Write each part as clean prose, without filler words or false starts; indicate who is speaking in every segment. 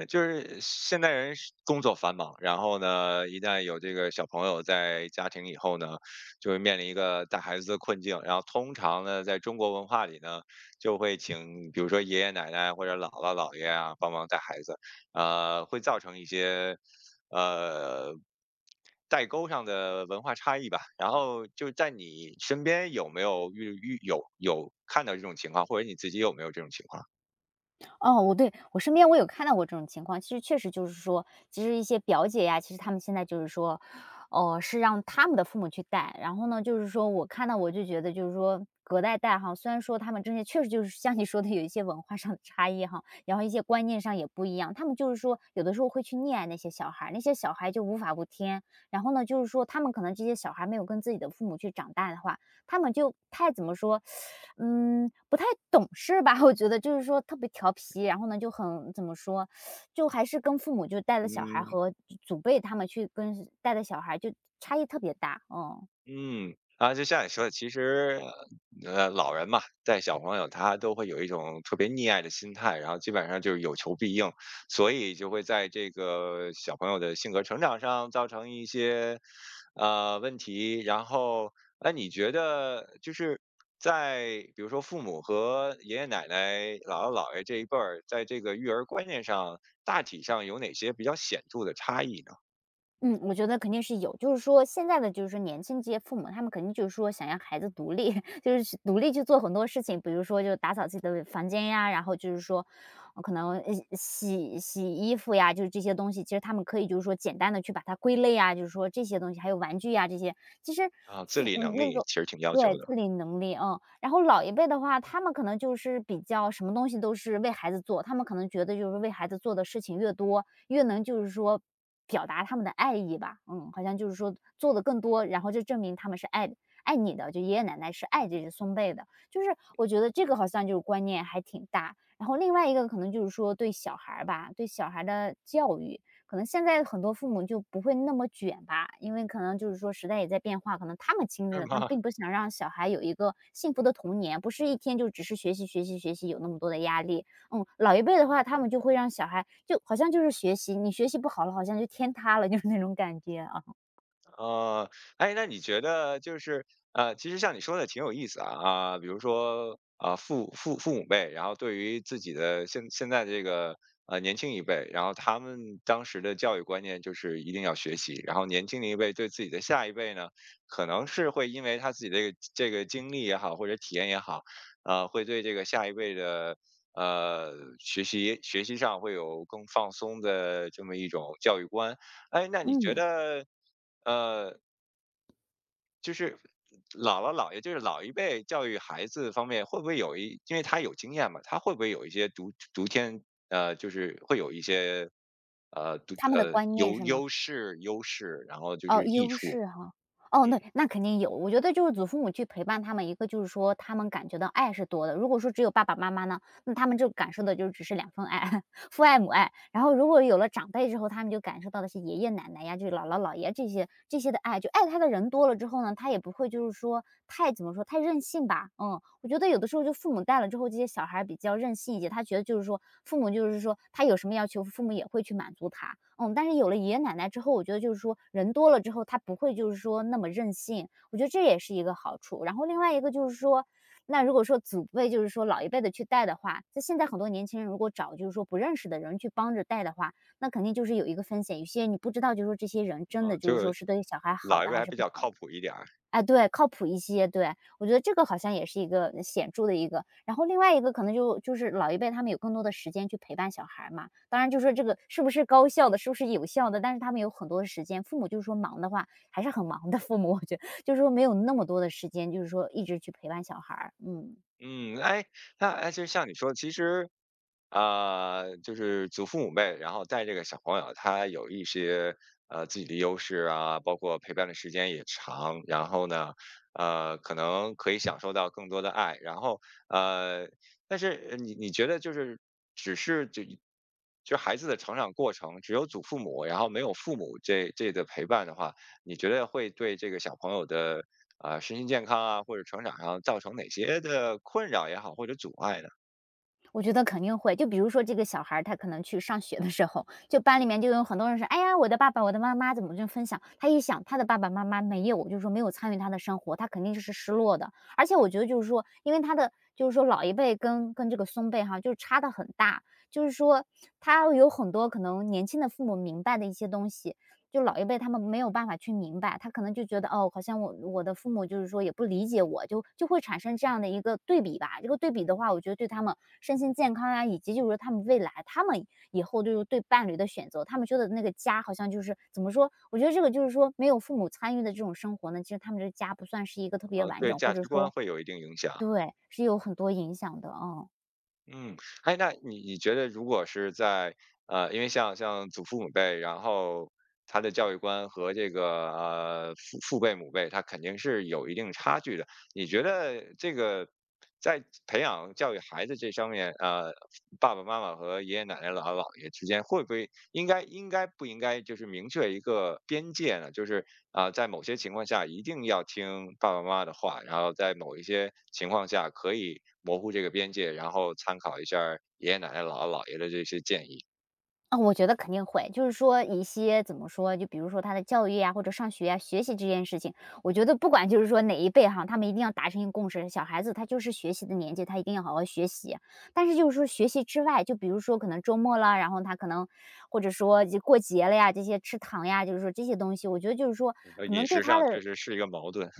Speaker 1: 那就是现代人是工作繁忙，然后呢，一旦有这个小朋友在家庭以后呢，就会面临一个带孩子的困境。然后通常呢，在中国文化里呢，就会请比如说爷爷奶奶或者姥姥姥爷啊帮忙带孩子，会造成一些呃代沟上的文化差异吧。然后就在你身边有没有遇有看到这种情况，或者你自己有没有这种情况？
Speaker 2: 哦，我对，我身边有看到过这种情况。其实确实就是说，其实一些表姐呀，其实她们现在就是说，哦，是让她们的父母去带。然后呢，就是说我看到我就觉得就是说隔代带哈，虽然说他们之间确实就是像你说的有一些文化上的差异哈，然后一些观念上也不一样，他们就是说有的时候会去溺爱那些小孩儿，那些小孩就无法无天。然后呢，就是说他们可能这些小孩没有跟自己的父母去长大的话，他们就太怎么说，不太懂事吧。我觉得就是说特别调皮，然后呢就很怎么说，就还是跟父母就带了小孩
Speaker 1: 嗯。
Speaker 2: 和祖辈他们去跟带的小孩就差异特别大，嗯。
Speaker 1: 嗯。啊，就像你说的，其实，老人嘛，带小朋友他都会有一种特别溺爱的心态，然后基本上就是有求必应，所以就会在这个小朋友的性格成长上造成一些问题。然后，那你觉得就是在比如说父母和爷爷奶奶、姥姥姥爷这一辈儿，在这个育儿观念上，大体上有哪些比较显著的差异呢？
Speaker 2: 嗯，我觉得肯定是有。就是说现在的就是说年轻这些父母，他们肯定就是说想要孩子独立，就是去独立去做很多事情，比如说就打扫自己的房间呀，然后就是说，可能洗洗衣服呀，就是这些东西，其实他们可以就是说简单的去把它归类啊，就是说这些东西，还有玩具呀这些，其实
Speaker 1: 啊，自
Speaker 2: 父
Speaker 1: 理能
Speaker 2: 嗯那
Speaker 1: 力
Speaker 2: 个
Speaker 1: 其实挺要
Speaker 2: 对
Speaker 1: 求的。
Speaker 2: 自理能力，嗯，然后老一辈的话，他们可能就是比较什么东西都是为孩子做，他们可能觉得就是为孩子做的事情越多，越能就是说表达他们的爱意吧，嗯，好像就是说做的更多，然后就证明他们是爱你的，就爷爷奶奶是爱这只松贝的。就是我觉得这个好像就是观念还挺大，然后另外一个可能就是说对小孩儿吧，对小孩的教育，可能现在很多父母就不会那么卷吧，因为可能就是说时代也在变化，可能他们 经历
Speaker 1: 是
Speaker 2: 了，他们
Speaker 1: 吗？
Speaker 2: 并不想让小孩有一个幸福的童年，不是一天就只是学习学习学习，有那么多的压力。嗯，老一辈的话，他们就会让小孩就好像就是学习，你学习不好了，好像就天塌了，就是那种感觉啊。
Speaker 1: 呃，哎，那你觉得就是，其实像你说的挺有意思啊啊，比如说啊，父母辈，然后对于自己的现在这个年轻一辈，然后他们当时的教育观念就是一定要学习，然后年轻的一辈对自己的下一辈呢，可能是会因为他自己的这个经历也好，或者体验也好，会对这个下一辈的。呃，学习学习上会有更放松的这么一种教育观。哎，那你觉
Speaker 2: 嗯，
Speaker 1: 得呃，就是姥姥姥爷，就是老一辈教育孩子方面，会不会有一，因为他有经验嘛，他会不会有一些独独天，就是会有一些
Speaker 2: 他们的观念是吗？
Speaker 1: 优势，然后就
Speaker 2: 哦，
Speaker 1: 是益
Speaker 2: 优
Speaker 1: 处。
Speaker 2: 势哈。哦，对，那肯定有。我觉得就是祖父母去陪伴他们，一个就是说他们感觉到爱是多的。如果说只有爸爸妈妈呢，那他们就感受的就只是两份爱。父爱母爱。然后如果有了长辈之后，他们就感受到的是爷爷奶奶呀，就是姥姥姥爷这些的爱，就爱他的人多了之后呢，他也不会就是说太怎么说太任性吧，嗯，我觉得有的时候就父母带了之后，这些小孩比较任性一些，他觉得就是说父母就是说他有什么要求，父母也会去满足他，嗯，但是有了爷爷奶奶之后，我觉得就是说人多了之后，他不会就是说那么任性，我觉得这也是一个好处。然后另外一个就是说，那如果说祖辈就是说老一辈的去带的话，那现在很多年轻人如果找就是说不认识的人去帮着带的话，那肯定就是有一个风险，有些你不知道，就是说这些人真的就
Speaker 1: 就
Speaker 2: 是说
Speaker 1: 是
Speaker 2: 是对小孩好
Speaker 1: 老一
Speaker 2: 的
Speaker 1: 辈
Speaker 2: 还
Speaker 1: 还
Speaker 2: 是
Speaker 1: 比
Speaker 2: 不
Speaker 1: 较
Speaker 2: 好
Speaker 1: 靠
Speaker 2: 的。
Speaker 1: 谱一点儿。
Speaker 2: 哎，对，靠谱一些，对。我觉得这个好像也是一个显著的一个，然后另外一个可能就是老一辈他们有更多的时间去陪伴小孩嘛，当然就是说这个是不是高效的，是不是有效的，但是他们有很多的时间，父母就是说忙的话还是很忙的，父母我觉得就是说没有那么多的时间，就是说一直去陪伴小孩儿，嗯。
Speaker 1: 嗯。哎，那哎，就像你说，其实啊，就是祖父母辈，然后带这个小朋友，他有一些自己的优势啊，包括陪伴的时间也长，然后呢，可能可以享受到更多的爱，然后呃，但是你觉得就是只是就就孩子的成长过程，只有祖父母，然后没有父母这陪伴的话，你觉得会对这个小朋友的身心健康啊或者成长上造成哪些的困扰也好，或者阻碍呢？
Speaker 2: 我觉得肯定会，就比如说这个小孩儿他可能去上学的时候，就班里面就有很多人说："哎呀，我的爸爸，我的妈妈怎么就分享？"他一想，他的爸爸妈妈没有，就是说没有参与他的生活，他肯定是失落的。而且我觉得就是说，因为他的就是说老一辈跟这个孙辈哈，就是差的很大，就是说他有很多可能年轻的父母明白的一些东西，就老一辈他们没有办法去明白，他可能就觉得哦，好像我的父母就是说也不理解我，就会产生这样的一个对比吧。这个对比的话，我觉得对他们身心健康啊，以及就是说他们未来，他们以后就是对伴侣的选择，他们觉得那个家好像就是怎么说？我觉得这个就是说没有父母参与的这种生活呢，其实他们这个家不算是一个特别
Speaker 1: 嗯，
Speaker 2: 完
Speaker 1: 对
Speaker 2: 整，或
Speaker 1: 价
Speaker 2: 者
Speaker 1: 值观
Speaker 2: 说
Speaker 1: 会有一定影响。
Speaker 2: 对，是有很多影响的啊，嗯。
Speaker 1: 嗯。哎，那你觉得如果是在因为像祖父母辈，然后他的教育观和这个父母辈他肯定是有一定差距的。你觉得这个在培养教育孩子这上面，爸爸妈妈和爷爷奶奶、姥姥姥爷之间，会不会应不应该就是明确一个边界呢？就是啊、在某些情况下一定要听爸爸妈妈的话，然后在某一些情况下可以模糊这个边界，然后参考一下儿爷爷奶奶、姥姥姥爷的这些建议。
Speaker 2: 啊，我觉得肯定会，就是说一些怎么说，就比如说他的教育呀，或者上学呀、学习这件事情，我觉得不管就是说哪一辈哈，他们一定要达成一个共识，小孩子他就是学习的年纪，他一定要好好学习。但是就是说学习之外，就比如说可能周末啦，然后他可能或者说就过节了呀，这些吃糖呀，就是说这些东西，我觉得就是说
Speaker 1: 呃，
Speaker 2: 可
Speaker 1: 饮
Speaker 2: 能对
Speaker 1: 食
Speaker 2: 他
Speaker 1: 上确
Speaker 2: 的
Speaker 1: 实是一个矛盾。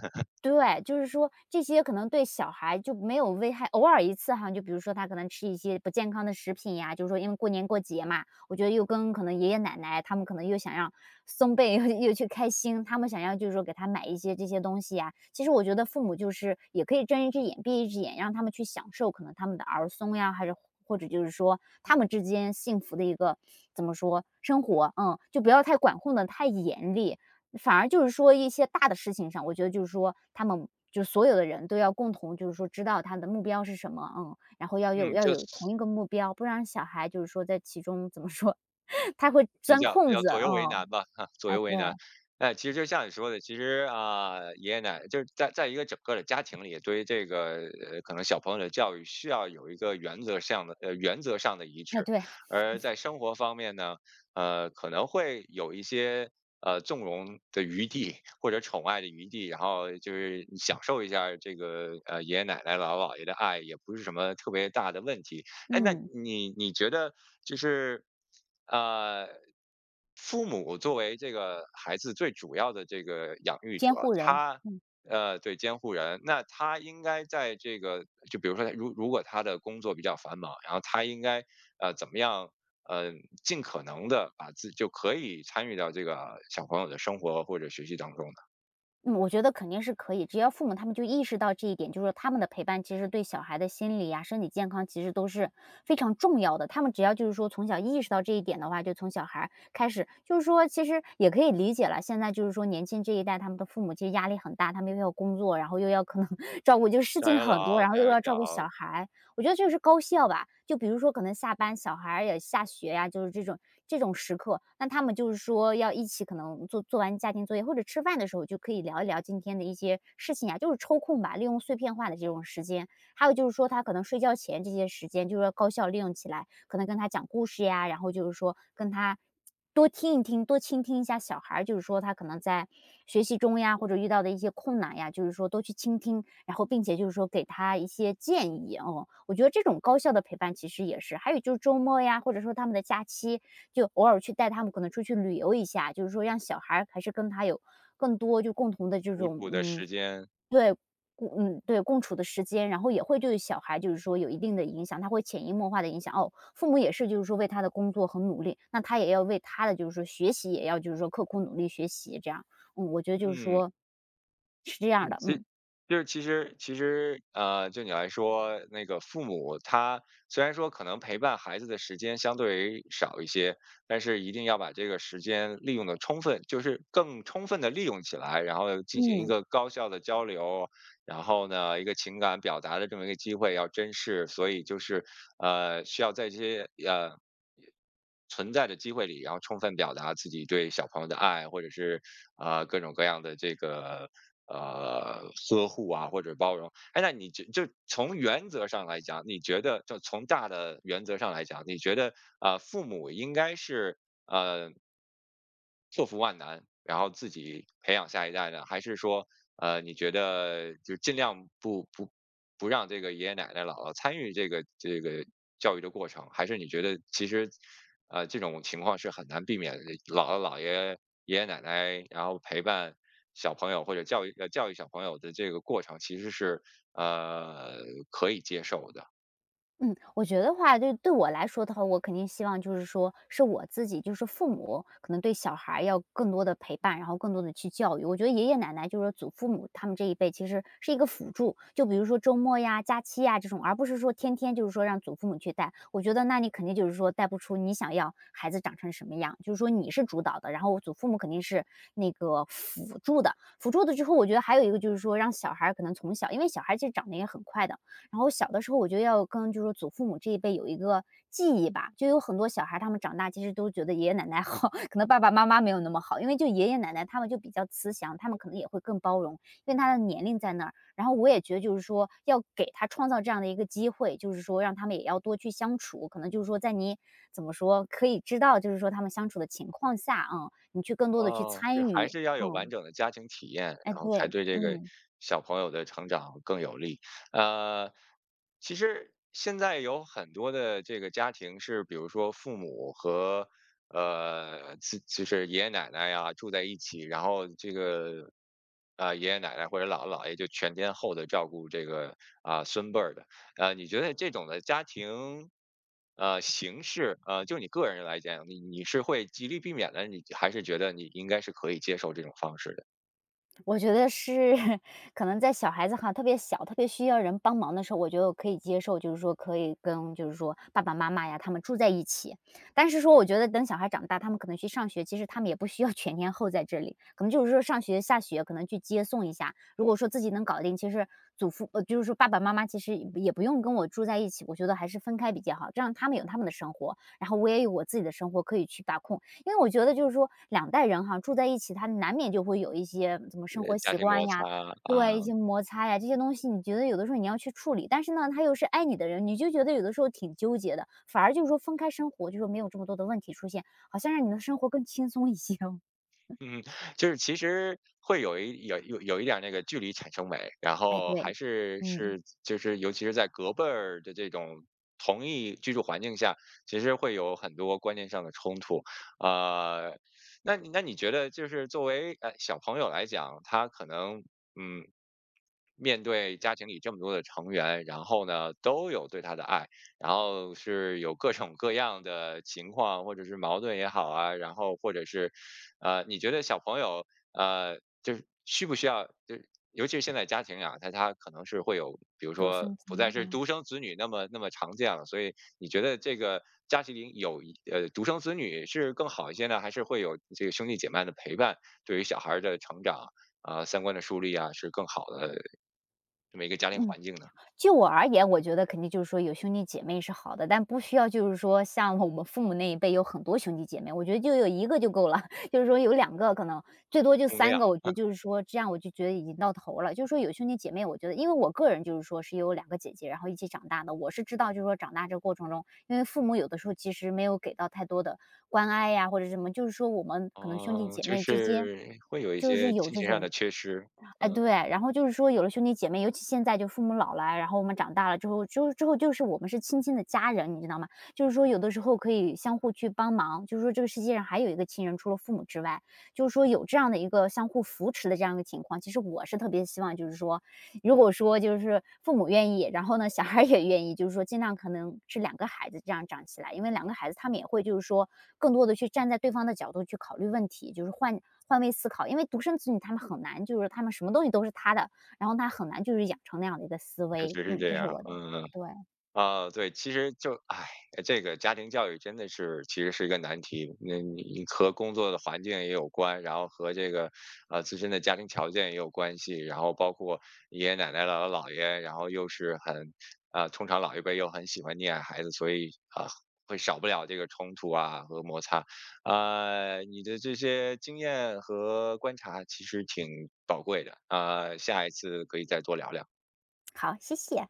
Speaker 2: 对，就是说这些可能对小孩就没有危害，偶尔一次哈，就比如说他可能吃一些不健康的食品呀，就是说因为过年过节嘛，我觉得又跟可能爷爷奶奶他们可能又想让松贝又 又去开心，他们想要就是说给他买一些这些东西呀。其实我觉得父母就是也可以睁一只眼闭一只眼，让他们去享受可能他们的儿孙呀，还是或者就是说他们之间幸福的一个怎么说生活，嗯，就不要太管控的太严厉。反而就是说一些大的事情上，我觉得就是说他们就所有的人都要共同就是说知道他的目标是什么，嗯，然后要有
Speaker 1: 嗯，
Speaker 2: 要
Speaker 1: 就
Speaker 2: 有同一个目标，不然小孩就是说在其中怎么说 他会
Speaker 1: 比
Speaker 2: 钻
Speaker 1: 较比
Speaker 2: 空
Speaker 1: 较
Speaker 2: 子，
Speaker 1: 左右为
Speaker 2: 嗯。
Speaker 1: 难吧，哈，左右
Speaker 2: 哎，
Speaker 1: 为
Speaker 2: 对，
Speaker 1: 难。哎，其实就像你说的，其实啊，爷爷奶奶就是在一个整个的家庭里，对于这个可能小朋友的教育需要有一个原则上的一
Speaker 2: 哎，
Speaker 1: 致，
Speaker 2: 对，
Speaker 1: 而在生活方面呢，可能会有一些纵容的余地或者宠爱的余地，然后就是你享受一下这个爷爷奶奶姥姥姥爷的爱，也不是什么特别大的问题。哎，那
Speaker 2: 嗯，
Speaker 1: 你觉得就是，呃，父母作为这个孩子最主要的这个养育者，
Speaker 2: 监护人，
Speaker 1: 他
Speaker 2: 嗯
Speaker 1: 对监护人，那他应该在这个，就比如说他如果他的工作比较繁忙，然后他应该怎么样？呃，尽可能的把自就可以参与到这个小朋友的生活或者学习当中呢？
Speaker 2: 嗯，我觉得肯定是可以，只要父母他们就意识到这一点，就是说他们的陪伴其实对小孩的心理呀、身体健康其实都是非常重要的。他们只要就是说从小意识到这一点的话，就从小孩儿开始，就是说其实也可以理解了。现在就是说年轻这一代，他们的父母其实压力很大，他们又要工作，然后又要可能 照顾，就是事
Speaker 1: 上
Speaker 2: 情
Speaker 1: 有
Speaker 2: 很多，
Speaker 1: 老，
Speaker 2: 然后
Speaker 1: 下
Speaker 2: 又
Speaker 1: 有
Speaker 2: 要
Speaker 1: 小。
Speaker 2: 照顾小孩，我觉得这个是高效吧。就比如说可能下班小孩儿也下学呀，就是这种时刻，那他们就是说要一起可能做完家庭作业或者吃饭的时候，就可以聊一聊今天的一些事情呀，就是抽空吧，利用碎片化的这种时间，还有就是说他可能睡觉前这些时间，就是要高效利用起来，可能跟他讲故事呀，然后就是说跟他多听一听，多倾听一下小孩儿，就是说他可能在学习中呀，或者遇到的一些困难呀，就是说多去倾听，然后并且就是说给他一些建议哦。我觉得这种高效的陪伴其实也是，还有就是周末呀，或者说他们的假期，就偶尔去带他们可能出去旅游一下，就是说让小孩儿还是跟他有更多就共同的这
Speaker 1: 独
Speaker 2: 种
Speaker 1: 处的时间。
Speaker 2: 对，共，对，共处的时间，然后也会对小孩就是说有一定的影响，他会潜移默化的影响，哦，父母也是就是说为他的工作很努力，那他也要为他的就是说学习也要就是说刻苦努力学习这样，嗯，我觉得就是
Speaker 1: 嗯。
Speaker 2: 说是这样
Speaker 1: 嗯，
Speaker 2: 的，
Speaker 1: 其
Speaker 2: 嗯，
Speaker 1: 就是其实，就你来说，那个父母他虽然说可能陪伴孩子的时间相对少一些，但是一定要把这个时间利用的充分，就是更充分的利用起来，然后进行一
Speaker 2: 嗯。
Speaker 1: 个高效的交流，然后呢，一个情感表达的这么一个机会要珍视，所以就是需要在这些存在的机会里，然后充分表达自己对小朋友的爱，或者是各种各样的这个呃呵护啊，或者包容。哎，那你就从原则上来讲，你觉得就从大的原则上来讲，你觉得啊父母应该是呃克服万难，然后自己培养下一代呢？还是说你觉得就尽量不让这个爷爷奶奶姥姥参与这个教育的过程？还是你觉得其实这种情况是很难避免的。姥姥、姥爷、爷爷奶奶，然后陪伴小朋友或者教育小朋友的这个过程，其实是呃可以接受的。
Speaker 2: 嗯，我觉得话，对我来说的话，我肯定希望就是说，是我自己，就是父母可能对小孩儿要更多的陪伴，然后更多的去教育。我觉得爷爷奶奶就是说祖父母他们这一辈其实是一个辅助，就比如说周末呀、假期呀这种，而不是说天天就是说让祖父母去带。我觉得那你肯定就是说带不出你想要孩子长成什么样，就是说你是主导的，然后祖父母肯定是那个辅助的。辅助的之后，我觉得还有一个就是说让小孩儿可能从小，因为小孩儿其实长得也很快的，然后小的时候我觉得要跟就是祖父母这一辈有一个记忆吧，就有很多小孩儿他们长大其实都觉得爷爷奶奶好，可能爸爸妈妈没有那么好，因为就爷爷奶奶他们就比较慈祥，他们可能也会更包容，因为他的年龄在那儿。然后我也觉得就是说要给他创造这样的一个机会，就是说让他们也要多去相处，可能就是说在你怎么说可以知道就是说他们相处的情况下，嗯，你去更多的去
Speaker 1: 哦，就
Speaker 2: 参
Speaker 1: 还
Speaker 2: 与，
Speaker 1: 是要有完
Speaker 2: 嗯，
Speaker 1: 整的家庭体验，
Speaker 2: 哎，
Speaker 1: 然后才
Speaker 2: 对，
Speaker 1: 对这个
Speaker 2: 嗯。
Speaker 1: 小朋友的成长更有利。呃，其实现在有很多的这个家庭是，比如说父母和就是爷爷奶奶呀住在一起，然后这个啊、爷爷奶奶或者姥姥姥爷就全天候的照顾这个啊、孙辈儿的。你觉得这种的家庭，形式，就你个人来讲，你是会极力避免的，你还是觉得你应该是可以接受这种方式的，
Speaker 2: 我觉得是 可能在小孩子哈特别小、特别需要人帮忙的时候，我觉得我可以接受，就是说可以跟就是说爸爸妈妈呀他们住在一起。但是说我觉得等小孩长大，他们可能去上学，其实他们也不需要 全天候在这里，可能就是说上学下学可能去接送一下。如果说自己能搞定，其实就是说爸爸妈妈其实也不用跟我住在一起，我觉得还是分开比较好，这样他们有他们的生活，然后我也有我自己的生活可以去把控。因为我觉得就是说两代人哈，住在一起，他难免就会有一些怎么生
Speaker 1: 呃，
Speaker 2: 活
Speaker 1: 家
Speaker 2: 习
Speaker 1: 庭
Speaker 2: 惯
Speaker 1: 摩擦
Speaker 2: 呀，
Speaker 1: 啊。
Speaker 2: 对，一些摩擦呀，这些东西你觉得有的时候你要去处理，但是呢，他又是爱你的人，你就觉得有的时候挺纠结的，反而就是说分开生活，就说没有这么多的问题出现，好像让你的生活更轻松一些哦。
Speaker 1: 嗯，就是其实会有一点儿那个距离产生美，然
Speaker 2: 哎，
Speaker 1: 后还
Speaker 2: 对，
Speaker 1: 是
Speaker 2: 嗯，
Speaker 1: 是就是尤其是在隔辈儿的这种同一居住环境下，其实会有很多观念上的冲突。呃，那你觉得就是作为小朋友来讲，他可能嗯面对家庭里这么多的成员，然后呢，都有对他的爱，然后是有各种各样的情况，或者是矛盾也好啊，然后或者是，你觉得小朋友，呃，就是需不需要，就是尤其是现在家庭啊，他可能是会有，比如
Speaker 2: 独
Speaker 1: 说
Speaker 2: 生子
Speaker 1: 不
Speaker 2: 女
Speaker 1: 再是
Speaker 2: 啊，
Speaker 1: 独生子女那么常见了，所以你觉得这个家庭里独生子女是更好一些呢，还是会有这个兄弟姐妹的陪伴，对于小孩儿的成长啊、三观的树立啊，是更好的这么一个家庭
Speaker 2: 嗯。
Speaker 1: 环境呢？
Speaker 2: 就我而言，我觉得肯定就是说有兄弟姐妹是好的，但不需要就是说像我们父母那一辈有很多兄弟姐妹，我觉得就有一个就够了，就是说有两个可能最多就
Speaker 1: 供
Speaker 2: 三
Speaker 1: 量。
Speaker 2: 个，我觉得就是说这样我就觉得已经到头了。就是说有兄弟姐妹，我觉得因为我个人就是说是有2个姐姐，然后一起长大的，我是知道就是说长大这个过程中，因为父母有的时候其实没有给到太多的关爱呀，或者什么，就是说我们可能兄弟
Speaker 1: 哦，
Speaker 2: 姐
Speaker 1: 就
Speaker 2: 妹之间
Speaker 1: 是会有一
Speaker 2: 就是
Speaker 1: 些
Speaker 2: 有
Speaker 1: 亲
Speaker 2: 这
Speaker 1: 情上
Speaker 2: 种
Speaker 1: 的缺失。
Speaker 2: 哎，
Speaker 1: 嗯，
Speaker 2: 对，然后就是说有了兄弟姐妹，尤其现在就父母老了，然后我们长大了之后，之后就是我们是亲亲的家人，你知道吗？就是说有的时候可以相互去帮忙，就是说这个世界上还有一个亲人，除了父母之外，就是说有这样的一个相互扶持的这样一个情况。其实我是特别希望，就是说如果说就是父母愿意，然后呢，小孩儿也愿意，就是说尽量可能是两个孩子这样长起来，因为两个孩子他们也会就是说更多的去站在对方的角度去考虑问题，就是换位思考。因为独生子女他们很难，就是他们什么东西都是他的，然后他很难就是养成那样的一个思
Speaker 1: 确
Speaker 2: 维。
Speaker 1: 实是
Speaker 2: 嗯，
Speaker 1: 这
Speaker 2: 这是
Speaker 1: 样。
Speaker 2: 我的，
Speaker 1: 嗯。
Speaker 2: 对，
Speaker 1: 啊，对，其实就，唉，哎这个家庭教育真的是其实是一个难题。那你和工作的环境也有关，然后和这个，自身的家庭条件也有关系，然后包括爷爷奶奶、姥姥姥爷，然后又是很，啊，通常老一辈又很喜欢溺爱孩子，所以啊，会少不了这个冲突啊和摩擦。啊，你的这些经验和观察其实挺宝贵的，啊，下一次可以再多聊聊。
Speaker 2: 好，谢谢。